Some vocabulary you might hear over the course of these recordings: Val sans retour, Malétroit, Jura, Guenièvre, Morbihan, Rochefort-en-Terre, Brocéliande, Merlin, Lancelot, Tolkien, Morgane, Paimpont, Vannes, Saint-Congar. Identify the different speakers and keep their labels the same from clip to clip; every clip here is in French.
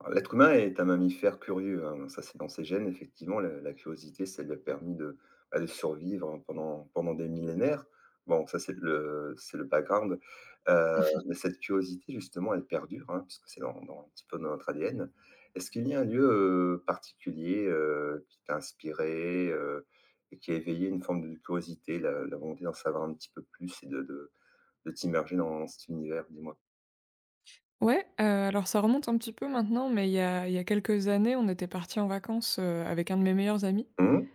Speaker 1: Alors, l'être humain est un mammifère curieux, hein, ça c'est dans ses gènes, effectivement, la curiosité, ça lui a permis de, bah, de survivre, hein, pendant des millénaires. Bon, ça c'est le background, oui, mais cette curiosité justement, elle perdure, hein, puisque c'est dans un petit peu dans notre ADN. Est-ce qu'il y a un lieu, particulier, qui t'a inspiré, et qui a éveillé une forme de curiosité, la volonté d'en savoir un petit peu plus et de de t'immerger dans cet univers, dis-moi?
Speaker 2: Ouais, alors ça remonte un petit peu maintenant, mais il y a quelques années, on était parti en vacances, avec un de mes meilleurs amis.
Speaker 1: Mmh.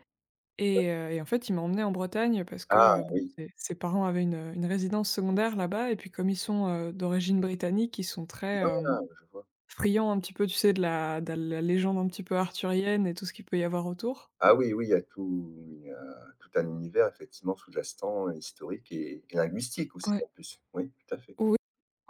Speaker 2: Et en fait, il m'a emmenée en Bretagne parce que,
Speaker 1: Ah
Speaker 2: bon,
Speaker 1: oui,
Speaker 2: ses parents avaient une résidence secondaire là-bas et puis comme ils sont, d'origine britannique, ils sont très,
Speaker 1: ah, je vois.
Speaker 2: friands un petit peu, tu sais, de la légende un petit peu arthurienne et tout ce qu'il peut y avoir autour.
Speaker 1: Ah oui, oui, il y a tout un univers effectivement sous-jacent, historique et linguistique aussi
Speaker 2: Ouais.
Speaker 1: en plus. Oui, tout à fait.
Speaker 2: Oui,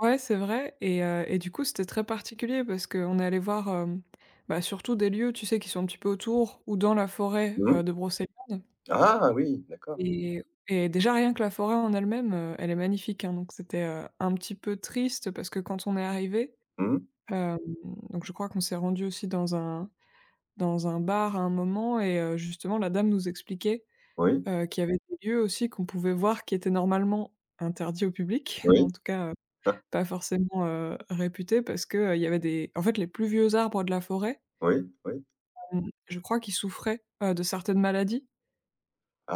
Speaker 2: ouais, c'est vrai. Et et du coup, c'était très particulier parce qu'on est allé voir, bah, surtout des lieux, tu sais, qui sont un petit peu autour ou dans la forêt,
Speaker 1: Mmh.
Speaker 2: de Brocéliande.
Speaker 1: Ah oui, d'accord.
Speaker 2: Et déjà rien que la forêt en elle-même, elle est magnifique, hein, donc c'était, un petit peu triste parce que quand on est arrivé.
Speaker 1: Mmh.
Speaker 2: Hem, donc je crois qu'on s'est rendu aussi dans un bar à un moment et justement la dame nous expliquait,
Speaker 1: Oui,
Speaker 2: qu'il y avait des lieux aussi qu'on pouvait voir qui étaient normalement interdits au public, mais en
Speaker 1: oui,
Speaker 2: tout cas,
Speaker 1: ah,
Speaker 2: pas forcément, réputés parce que, il y avait des en fait, les plus vieux arbres de la forêt,
Speaker 1: oui, oui.
Speaker 2: hem, je crois qu'ils souffraient, de certaines maladies.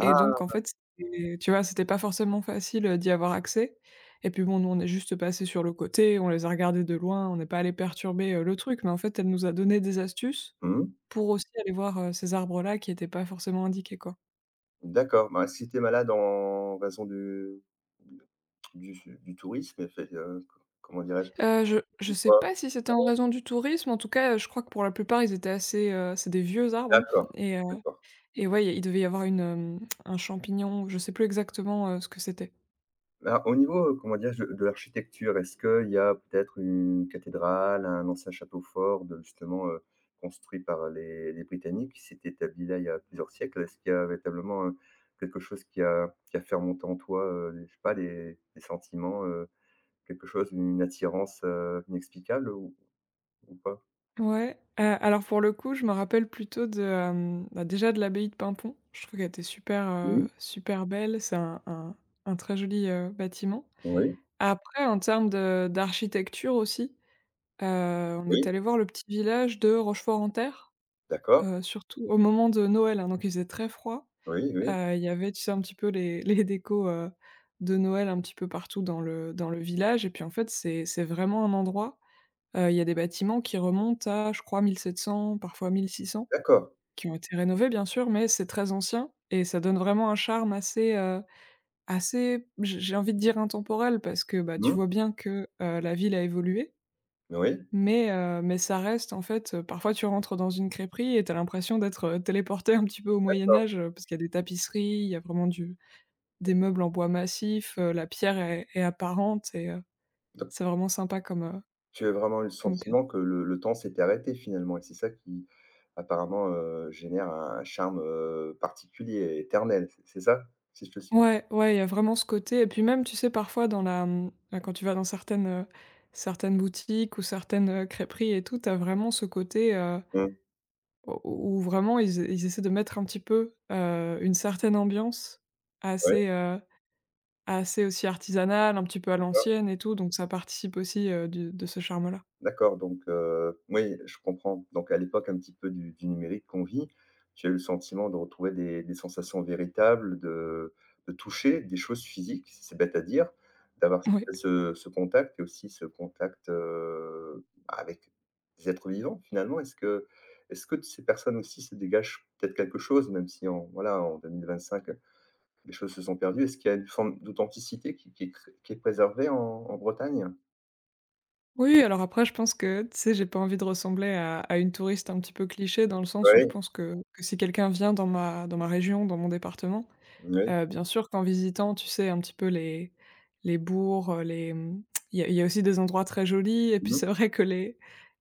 Speaker 2: Et donc en fait, c'était tu vois, c'était pas forcément facile, d'y avoir accès et puis bon, nous on est juste passé sur le côté, on les a regardés de loin, on n'est pas allés perturber, le truc, mais en fait, elle nous a donné des astuces
Speaker 1: Mmh.
Speaker 2: pour aussi aller voir, ces arbres-là qui étaient pas forcément indiqués, quoi.
Speaker 1: D'accord. Bah, si tu es malade en raison du du tourisme, fait, comment dirais-je?
Speaker 2: Je sais pas si c'était en raison du tourisme, en tout cas, je crois que pour la plupart, ils étaient assez, c'est des vieux arbres, hein.
Speaker 1: D'accord,
Speaker 2: Et
Speaker 1: d'accord.
Speaker 2: et ouais, il devait y avoir une, un champignon, je sais plus exactement, ce que c'était.
Speaker 1: Alors au niveau, comment dire? Je de l'architecture, est-ce qu'il y a peut-être une cathédrale, un ancien château fort de justement, construit par les Britanniques qui s'est établi là, il y a plusieurs siècles? Est-ce qu'il y a véritablement, quelque chose qui a fait remonter en toi, les je sais pas, des sentiments, quelque chose, une attirance, inexplicable ou pas?
Speaker 2: Ouais, alors pour le coup, je me rappelle plutôt de, bah, déjà de l'abbaye de Paimpont. Je trouve qu'elle était super,
Speaker 1: Oui,
Speaker 2: super belle. C'est un un très joli, bâtiment.
Speaker 1: oui,
Speaker 2: Après, en termes de d'architecture aussi, Heu, on est
Speaker 1: oui,
Speaker 2: allé voir le petit village de Rochefort-en-Terre,
Speaker 1: d'accord,
Speaker 2: surtout au moment de Noël, hein, donc il faisait très froid.
Speaker 1: oui, oui,
Speaker 2: Il y avait, tu sais, un petit peu les les décos, de Noël un petit peu partout dans le village. Et puis, en fait, c'est vraiment un endroit, il y a des bâtiments qui remontent à, je crois, 1700, parfois 1600,
Speaker 1: d'accord.
Speaker 2: qui ont été rénovés, bien sûr, mais c'est très ancien et ça donne vraiment un charme assez, assez, j'ai envie de dire intemporel parce que, bah, tu
Speaker 1: Mmh,
Speaker 2: vois bien que, la ville a évolué,
Speaker 1: oui,
Speaker 2: mais ça reste en fait, parfois tu rentres dans une crêperie et t'as l'impression d'être, téléporté un petit peu au Moyen
Speaker 1: d'accord.
Speaker 2: Âge, parce qu'il y a des tapisseries, il y a vraiment du des meubles en bois massif, la pierre est apparente et c'est vraiment sympa comme,
Speaker 1: Tu as vraiment eu le
Speaker 2: comme cadre.
Speaker 1: sentiment que le temps s'était arrêté finalement et c'est ça qui apparemment, génère un charme, particulier, éternel, c'est ça? Si je te suis.
Speaker 2: Ouais, ouais, il y a vraiment ce côté et puis même, tu sais, parfois dans la, bah, quand tu vas dans certaines, certaines boutiques ou certaines, crêperies et tout, t'as vraiment ce côté,
Speaker 1: Mmh,
Speaker 2: où vraiment ils essaient de mettre un petit peu, une certaine ambiance
Speaker 1: ouais,
Speaker 2: assez, assez aussi artisanal, un petit peu à
Speaker 1: ouais.
Speaker 2: l'ancienne et tout, donc ça participe aussi, du de ce charme-là.
Speaker 1: D'accord, donc oui, je comprends. Donc à l'époque un petit peu du numérique qu'on vit, tu as eu le sentiment de retrouver des sensations véritables, de toucher des choses physiques, si c'est bête à dire, d'avoir
Speaker 2: Oui.
Speaker 1: ce contact et aussi ce contact, avec des êtres vivants finalement. Est-ce que de ces personnes aussi se dégagent peut-être quelque chose, même si en voilà, en 2025 les choses se sont perdues? Est-ce qu'il y a une forme d'authenticité qui est préservée en Bretagne?
Speaker 2: Oui, alors après je pense que, tu sais, j'ai pas envie de ressembler à une touriste un petit peu cliché dans le sens où
Speaker 1: Ouais,
Speaker 2: je pense que si quelqu'un vient dans ma région, dans mon département,
Speaker 1: ouais.
Speaker 2: Bien sûr qu'en visitant, tu sais, un petit peu les bourgs, les, il y a aussi des endroits très jolis. Et puis
Speaker 1: Mmh.
Speaker 2: c'est vrai que les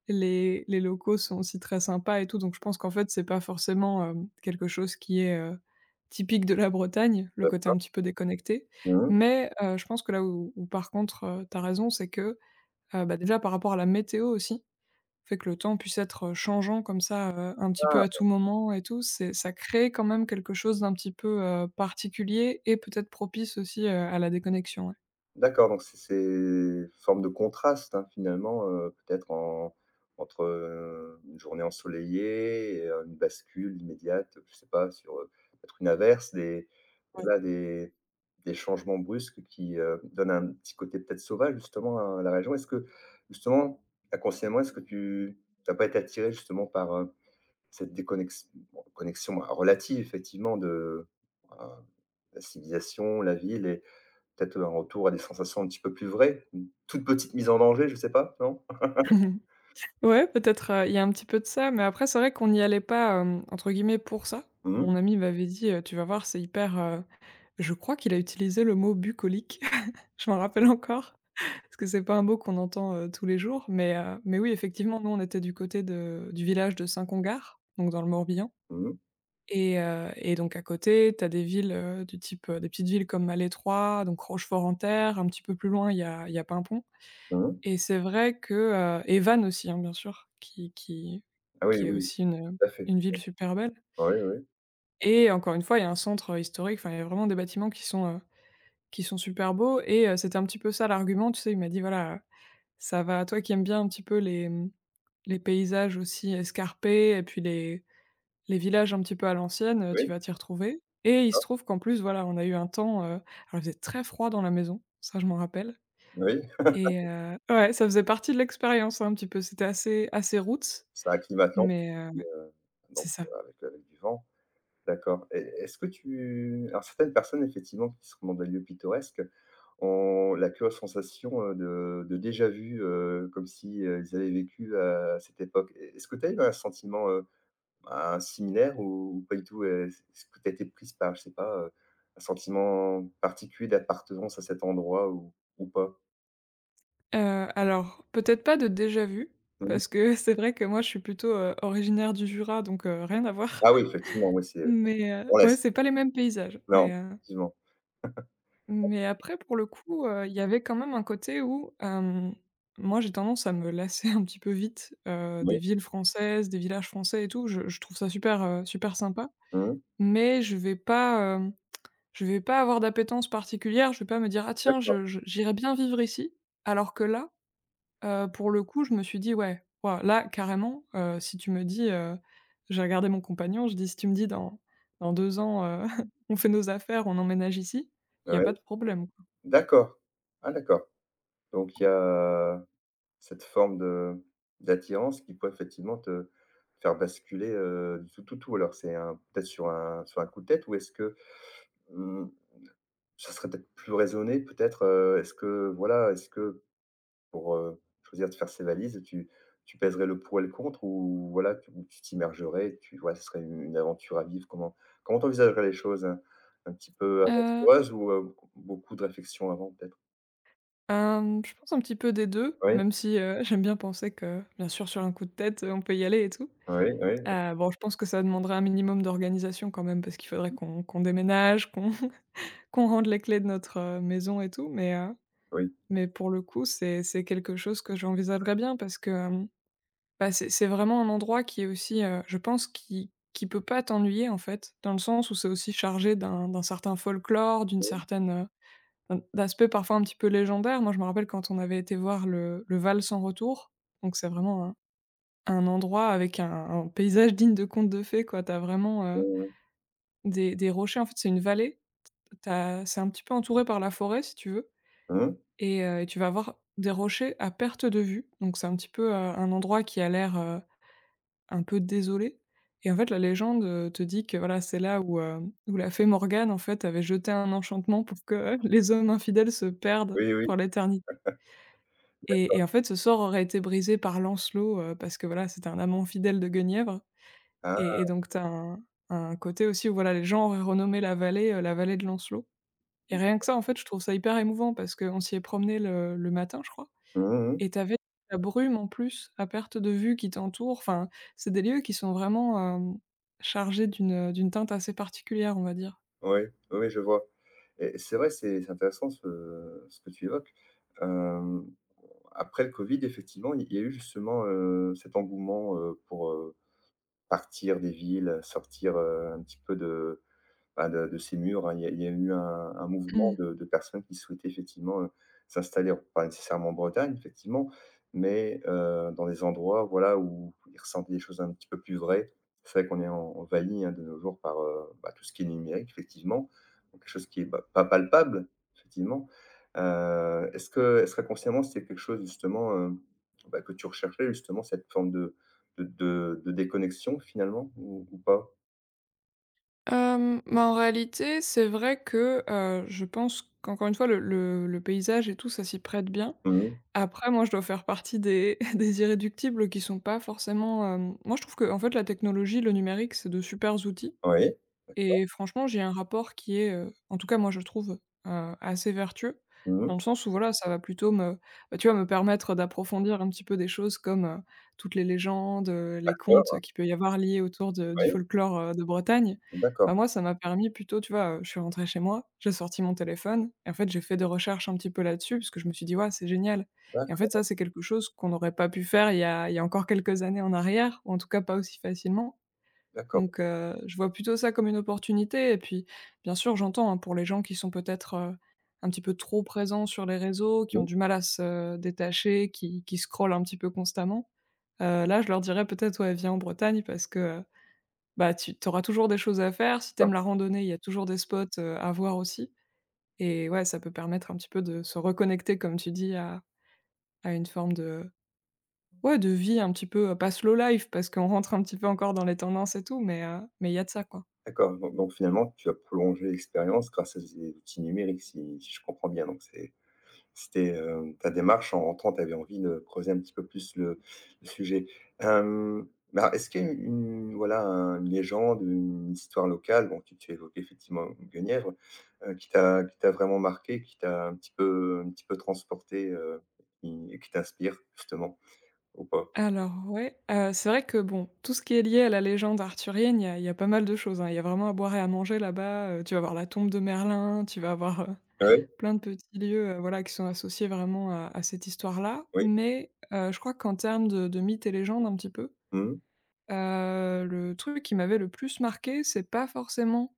Speaker 2: les locaux sont aussi très sympas et tout, donc je pense qu'en fait, c'est pas forcément, quelque chose qui est, typique de la Bretagne, le côté un petit peu déconnecté.
Speaker 1: Mmh.
Speaker 2: Mais je pense que là où par contre, tu as raison, c'est que, bah, déjà par rapport à la météo aussi, fait que le temps puisse être, changeant comme ça, un petit peu
Speaker 1: Ah!
Speaker 2: à tout moment et tout, c'est ça crée quand même quelque chose d'un petit peu, particulier et peut-être propice aussi, à la déconnexion, ouais.
Speaker 1: D'accord, donc c'est une forme de contraste, hein, finalement, peut-être en entre, une journée ensoleillée et une bascule immédiate, je sais pas, sur, peut-être une averse, des voilà, des changements brusques qui, donnent un petit côté peut-être sauvage, justement, à la région. Est-ce que, justement, inconsciemment, est-ce que tu pas été attiré, justement, par, cette déconnexion, bon, connexion, bah, relative, effectivement, de, heu, la civilisation, la ville et peut-être un retour à des sensations un petit peu plus vraies? Une toute petite mise en danger, je sais pas, non?
Speaker 2: Mhm. Ouais, peut-être, il y a un petit peu de ça, mais après c'est vrai qu'on n'y allait pas, entre guillemets «pour ça».
Speaker 1: Mmh,
Speaker 2: Mon ami m'avait dit, «Tu vas voir, c'est hyper,» je crois qu'il a utilisé le mot «bucolique», je m'en rappelle encore, parce que c'est pas un mot qu'on entend, tous les jours, mais oui effectivement, nous on était du côté de du village de Saint-Congar, donc dans le Morbihan.
Speaker 1: mmh,
Speaker 2: Et donc à côté, tu as des villes, du type, des petites villes comme Malétroit, donc Rochefort-en-Terre, un petit peu plus loin, il y a Paimpont
Speaker 1: mmh.
Speaker 2: et c'est vrai que, et Vannes aussi, hein, bien sûr, qui
Speaker 1: Ah oui,
Speaker 2: qui est
Speaker 1: oui,
Speaker 2: aussi
Speaker 1: tout à fait.
Speaker 2: une ville super belle.
Speaker 1: Oui, oui,
Speaker 2: Et encore une fois, il y a un centre, historique, enfin, il y a vraiment des bâtiments qui sont super beaux. Et c'était un petit peu ça l'argument, tu sais? Il m'a dit: «Voilà, ça va toi qui aimes bien un petit peu les, les paysages aussi escarpés et puis les villages un petit peu à l'ancienne, tu
Speaker 1: oui,
Speaker 2: vas t'y retrouver». Et il se trouve qu'en plus, voilà, on a eu un temps, alors il faisait très froid dans la maison, ça je m'en rappelle.
Speaker 1: oui.
Speaker 2: Et ouais, ça faisait partie de l'expérience hein, un petit peu, c'était assez roots,
Speaker 1: Ça acclimate climatant,
Speaker 2: mais heu,
Speaker 1: heu, donc
Speaker 2: c'est ça.
Speaker 1: avec du vent. D'accord, et est-ce que tu alors certaines personnes effectivement qui sont dans des lieux pittoresques ont la curieuse sensation, de déjà vu, comme si, ils avaient vécu à cette époque. Est-ce que tu as eu un sentiment, bah, similaire ou pas du tout? Est-ce que tu as été prise par, je sais pas, un sentiment particulier d'appartenance à cet endroit ou pas?
Speaker 2: Alors peut-être pas de déjà vu
Speaker 1: Mmh.
Speaker 2: parce que c'est vrai que moi je suis plutôt, originaire du Jura donc rien à voir
Speaker 1: Ah oui, effectivement, oui, c'est, on
Speaker 2: ouais,
Speaker 1: laisse.
Speaker 2: c'est pas les mêmes paysages
Speaker 1: Non, effectivement.
Speaker 2: Mais après, pour le coup, il y avait quand même un côté où, moi j'ai tendance à me lasser un petit peu vite, des
Speaker 1: Oui.
Speaker 2: villes françaises, des villages français et tout. Je trouve ça super, super sympa,
Speaker 1: Mmh.
Speaker 2: mais je vais pas, je vais pas avoir d'appétence particulière. Je vais pas me dire: «Ah tiens,
Speaker 1: D'accord.
Speaker 2: je j'irais bien vivre ici». Alors que là, pour le coup, je me suis dit: «Ouais, waouh, là carrément, si tu me dis», j'ai regardé mon compagnon, je dis: «Si tu me dis dans deux ans, on fait nos affaires, on emménage ici», il y a pas
Speaker 1: Ouais.
Speaker 2: de problème, quoi.
Speaker 1: D'accord. Ah, d'accord. Donc il y a cette forme de d'attirance qui peut effectivement te faire basculer, du tout, tout, tout. Alors c'est un peut-être sur un coup de tête, ou est-ce que, mmh, ça serait peut-être plus raisonné peut-être, est-ce que voilà, est-ce que Pour, choisir de faire ses valises, tu pèserais le pour et le contre, ou voilà, tu ou tu t'immergerais, tu vois, ce serait une aventure à vivre? Comment tu envisagerais les choses, un petit peu aventureuse ou, beaucoup de réflexion avant peut-être?
Speaker 2: Je pense un petit peu des 2,
Speaker 1: Oui,
Speaker 2: même si, j'aime bien penser que, bien sûr, sur un coup de tête, on peut y aller et tout.
Speaker 1: oui, oui,
Speaker 2: Bon, je pense que ça demanderait un minimum d'organisation quand même parce qu'il faudrait qu'on déménage, qu'on qu'on rende les clés de notre, maison et tout,
Speaker 1: oui.
Speaker 2: mais pour le coup, c'est quelque chose que j'envisagerais bien parce que, bah, c'est vraiment un endroit qui est aussi, je pense qui peut pas t'ennuyer, en fait, dans le sens où c'est aussi chargé d'un certain folklore, d'une certaine, d'aspect parfois un petit peu légendaire. Moi, je me rappelle quand on avait été voir le Val sans retour, donc c'est vraiment un endroit avec un paysage digne de contes de fées, quoi. T'as vraiment,
Speaker 1: Mmh,
Speaker 2: des rochers, en fait, c'est une vallée. T'as, c'est un petit peu entouré par la forêt, si tu veux.
Speaker 1: mmh, mmh.
Speaker 2: Et et tu vas voir des rochers à perte de vue, donc c'est un petit peu, un endroit qui a l'air, un peu désolé. Et en fait, la légende, te dit que, voilà, c'est là où, où la fée Morgane, en fait, avait jeté un enchantement pour que les hommes infidèles se perdent
Speaker 1: Oui, oui.
Speaker 2: pour l'éternité. Et en fait, ce sort aurait été brisé par Lancelot, parce que voilà, c'était un amant fidèle de Guenièvre.
Speaker 1: Ah,
Speaker 2: Et donc t'as un côté aussi où voilà, les gens auraient renommé la vallée de Lancelot. Et
Speaker 1: mmh.
Speaker 2: rien que ça, en fait, je trouve ça hyper émouvant parce qu'on s'y est promené le matin, je crois.
Speaker 1: Mmh.
Speaker 2: Et tu la brume en plus à perte de vue qui t'entoure. Enfin, c'est des lieux qui sont vraiment, chargés d'une, d'une teinte assez particulière, on va dire.
Speaker 1: Oui, oui, oui, je vois, et c'est vrai, c'est intéressant ce que tu évoques. Hem, après le covid, effectivement, il y a eu justement, cet engouement, pour, partir des villes, sortir, un petit peu de bah, de ces murs, hein. Il y a eu un mouvement
Speaker 2: Mmh.
Speaker 1: de personnes qui souhaitaient effectivement, s'installer, pas nécessairement en Bretagne effectivement, mais dans des endroits, voilà, où ils ressentaient des choses un petit peu plus vraies. C'est vrai qu'on est en envahi, hein, de nos jours par, bah, tout ce qui est numérique effectivement, donc quelque chose qui est bah, pas palpable effectivement. Est-ce qu'inconsciemment c'était quelque chose justement, bah, que tu recherchais justement cette forme de déconnexion finalement ou pas?
Speaker 2: Bah, en réalité, c'est vrai que, je pense qu'encore une fois le paysage et tout, ça s'y prête bien.
Speaker 1: Mmh.
Speaker 2: Après, moi, je dois faire partie des des irréductibles qui sont pas forcément, hem moi, je trouve que, en fait, la technologie, le numérique, c'est de supers outils
Speaker 1: Oui.
Speaker 2: et franchement, j'ai un rapport qui est, en tout cas moi je trouve, assez vertueux,
Speaker 1: Mmh.
Speaker 2: dans le sens où voilà, ça va plutôt me, bah, tu vois, me permettre d'approfondir un petit peu des choses comme, toutes les légendes, les contes qu'il peut y avoir liés autour de du
Speaker 1: Oui,
Speaker 2: folklore, de Bretagne.
Speaker 1: d'accord,
Speaker 2: Bah, moi ça m'a permis plutôt, tu vois, je suis rentrée chez moi, j'ai sorti mon téléphone et en fait j'ai fait des recherches un petit peu là-dessus parce que je me suis dit: «ouais, c'est génial» et en fait ça
Speaker 1: d'accord,
Speaker 2: c'est quelque chose qu'on n'aurait pas pu faire il y a encore quelques années en arrière, ou en tout cas pas aussi facilement.
Speaker 1: d'accord.
Speaker 2: Donc, je vois plutôt ça comme une opportunité et puis, bien sûr, j'entends, hein, pour les gens qui sont peut-être, un petit peu trop présents sur les réseaux, qui ont
Speaker 1: Oui,
Speaker 2: du mal à se détacher, qui scrollent un petit peu constamment. Là, je leur dirais peut-être: «Ouais, viens en Bretagne» parce que, bah, tu auras toujours des choses à faire. Si
Speaker 1: enfin,
Speaker 2: t'aimes la randonnée, il y a toujours des spots, à voir aussi et ouais, ça peut permettre un petit peu de se reconnecter, comme tu dis, à une forme de ouais, de vie un petit peu, pas slow life parce qu'on rentre un petit peu encore dans les tendances et tout, mais il y a de ça, quoi.
Speaker 1: d'accord, donc finalement, tu as prolongé l'expérience grâce à des outils numériques, si je comprends bien. Donc c'était, ta démarche en rentrant, tu avais envie de creuser un petit peu plus le sujet. Hem, mais alors est-ce qu'il y a une voilà, un une légende, une histoire locale, bon, tu as évoqué effectivement Guenièvre, qui t'a vraiment marqué, qui t'a un petit peu transportée, qui t'inspire justement ou pas?
Speaker 2: Alors ouais, c'est vrai que bon, tout ce qui est lié à la légende arthurienne, il y a pas mal de choses, hein. Il y a vraiment à boire et à manger là-bas, tu vas voir la tombe de Merlin, tu vas avoir,
Speaker 1: Ouais,
Speaker 2: plein de petits lieux, voilà, qui sont associés vraiment à cette histoire-là.
Speaker 1: oui,
Speaker 2: Mais, je crois qu'en termes de mythes et légendes un petit peu,
Speaker 1: mmh.
Speaker 2: le truc qui m'avait le plus marqué, c'est pas forcément,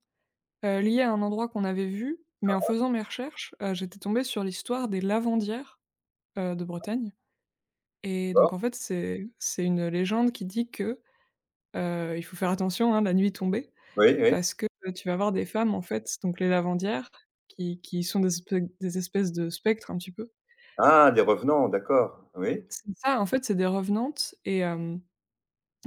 Speaker 2: lié à un endroit qu'on avait vu, mais en faisant mes recherches, j'étais tombée sur l'histoire des lavandières, de Bretagne et donc
Speaker 1: D'accord,
Speaker 2: en fait, c'est une légende qui dit que, il faut faire attention, hein, la nuit tombée
Speaker 1: oui, oui.
Speaker 2: parce que, tu vas avoir des femmes, en fait, donc les lavandières qui sont des espè des espèces de spectres un petit peu.
Speaker 1: Ah, des revenants, d'accord. Oui,
Speaker 2: C'est ça, en fait, c'est des revenantes et hem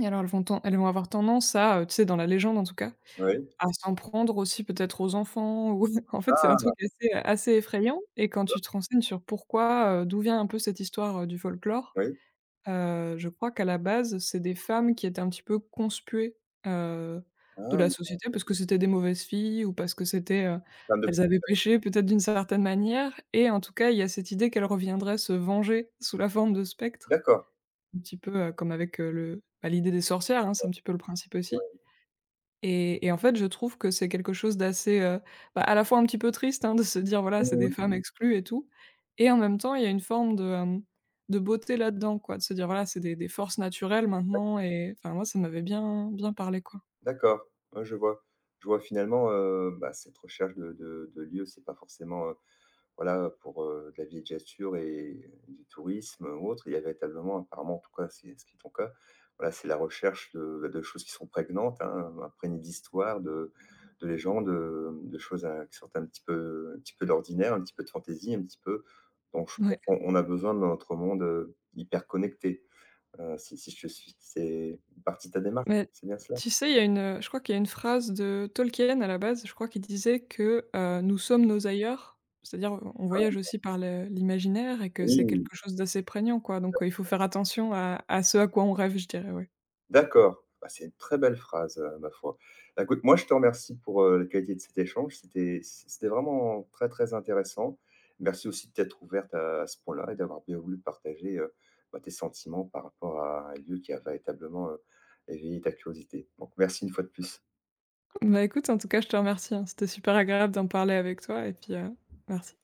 Speaker 2: et alors elles vont avoir tendance à, tu sais, dans la légende, en tout cas,
Speaker 1: oui.
Speaker 2: à s'en prendre aussi peut-être aux enfants ou en fait, c'est un
Speaker 1: Ah,
Speaker 2: truc assez, assez effrayant et quand tu te renseignes sur pourquoi, d'où vient un peu cette histoire, du folklore.
Speaker 1: oui.
Speaker 2: Je crois qu'à la base, c'est des femmes qui étaient un petit peu conspuées, heu, de la
Speaker 1: Ah,
Speaker 2: société parce que c'était des mauvaises filles ou parce que c'était,
Speaker 1: enfin de
Speaker 2: elles avaient péché peut-être d'une certaine manière et en tout cas, il y a cette idée qu'elles reviendraient se venger sous la forme de spectres,
Speaker 1: d'accord.
Speaker 2: un petit peu, comme avec, le bah, l'idée des sorcières, hein, c'est un petit peu le principe aussi
Speaker 1: Ouais.
Speaker 2: et en fait, je trouve que c'est quelque chose d'assez, bah, à la fois un petit peu triste, hein, de se dire, voilà, c'est des
Speaker 1: Mmh.
Speaker 2: femmes. Mmh. Exclues et tout et en même temps, il y a une forme de, de beauté là-dedans, quoi, de se dire, voilà, c'est des forces naturelles maintenant et enfin, moi, ça m'avait bien bien parlé, quoi.
Speaker 1: D'accord. Ouais, je vois. Je vois finalement, bah, cette recherche de lieux, c'est pas forcément, voilà, pour, de la villégiature et du tourisme ou autre. Il y a véritablement apparemment, en tout cas, c'est ce qui est ton cas, voilà, c'est la recherche de, bah, de choses qui sont prégnantes, hein, imprégnées d'histoire, de légendes, de choses, qui sortent un petit peu de l'ordinaire, un petit peu de fantaisie, un petit peu, donc je pense
Speaker 2: Ouais.
Speaker 1: qu'on on a besoin, dans notre monde, hyper connecté, si je te suis. C'est une partie de ta démarche,
Speaker 2: Mais
Speaker 1: c'est bien cela?
Speaker 2: tu sais, il y a une, je crois qu'il y a une phrase de Tolkien à la base, je crois qu'il disait que, nous sommes nos ailleurs, c'est-à-dire on voyage aussi par le l'imaginaire et que c'est
Speaker 1: Oui.
Speaker 2: quelque chose d'assez prégnant, quoi, donc il faut faire attention à ce à quoi on rêve, je dirais, ouais.
Speaker 1: D'accord. Bah, c'est une très belle phrase, ma foi. Bah, écoute, moi, je te remercie pour, la qualité de cet échange. C'était vraiment très, très intéressant. Merci aussi de t'être ouverte à ce point-là et d'avoir bien voulu partager, bah, tes sentiments par rapport à un lieu qui a véritablement, éveillé ta curiosité. Donc merci une fois de plus.
Speaker 2: Bah, écoute, en tout cas, je te remercie, hein. C'était super agréable d'en parler avec toi et puis, merci.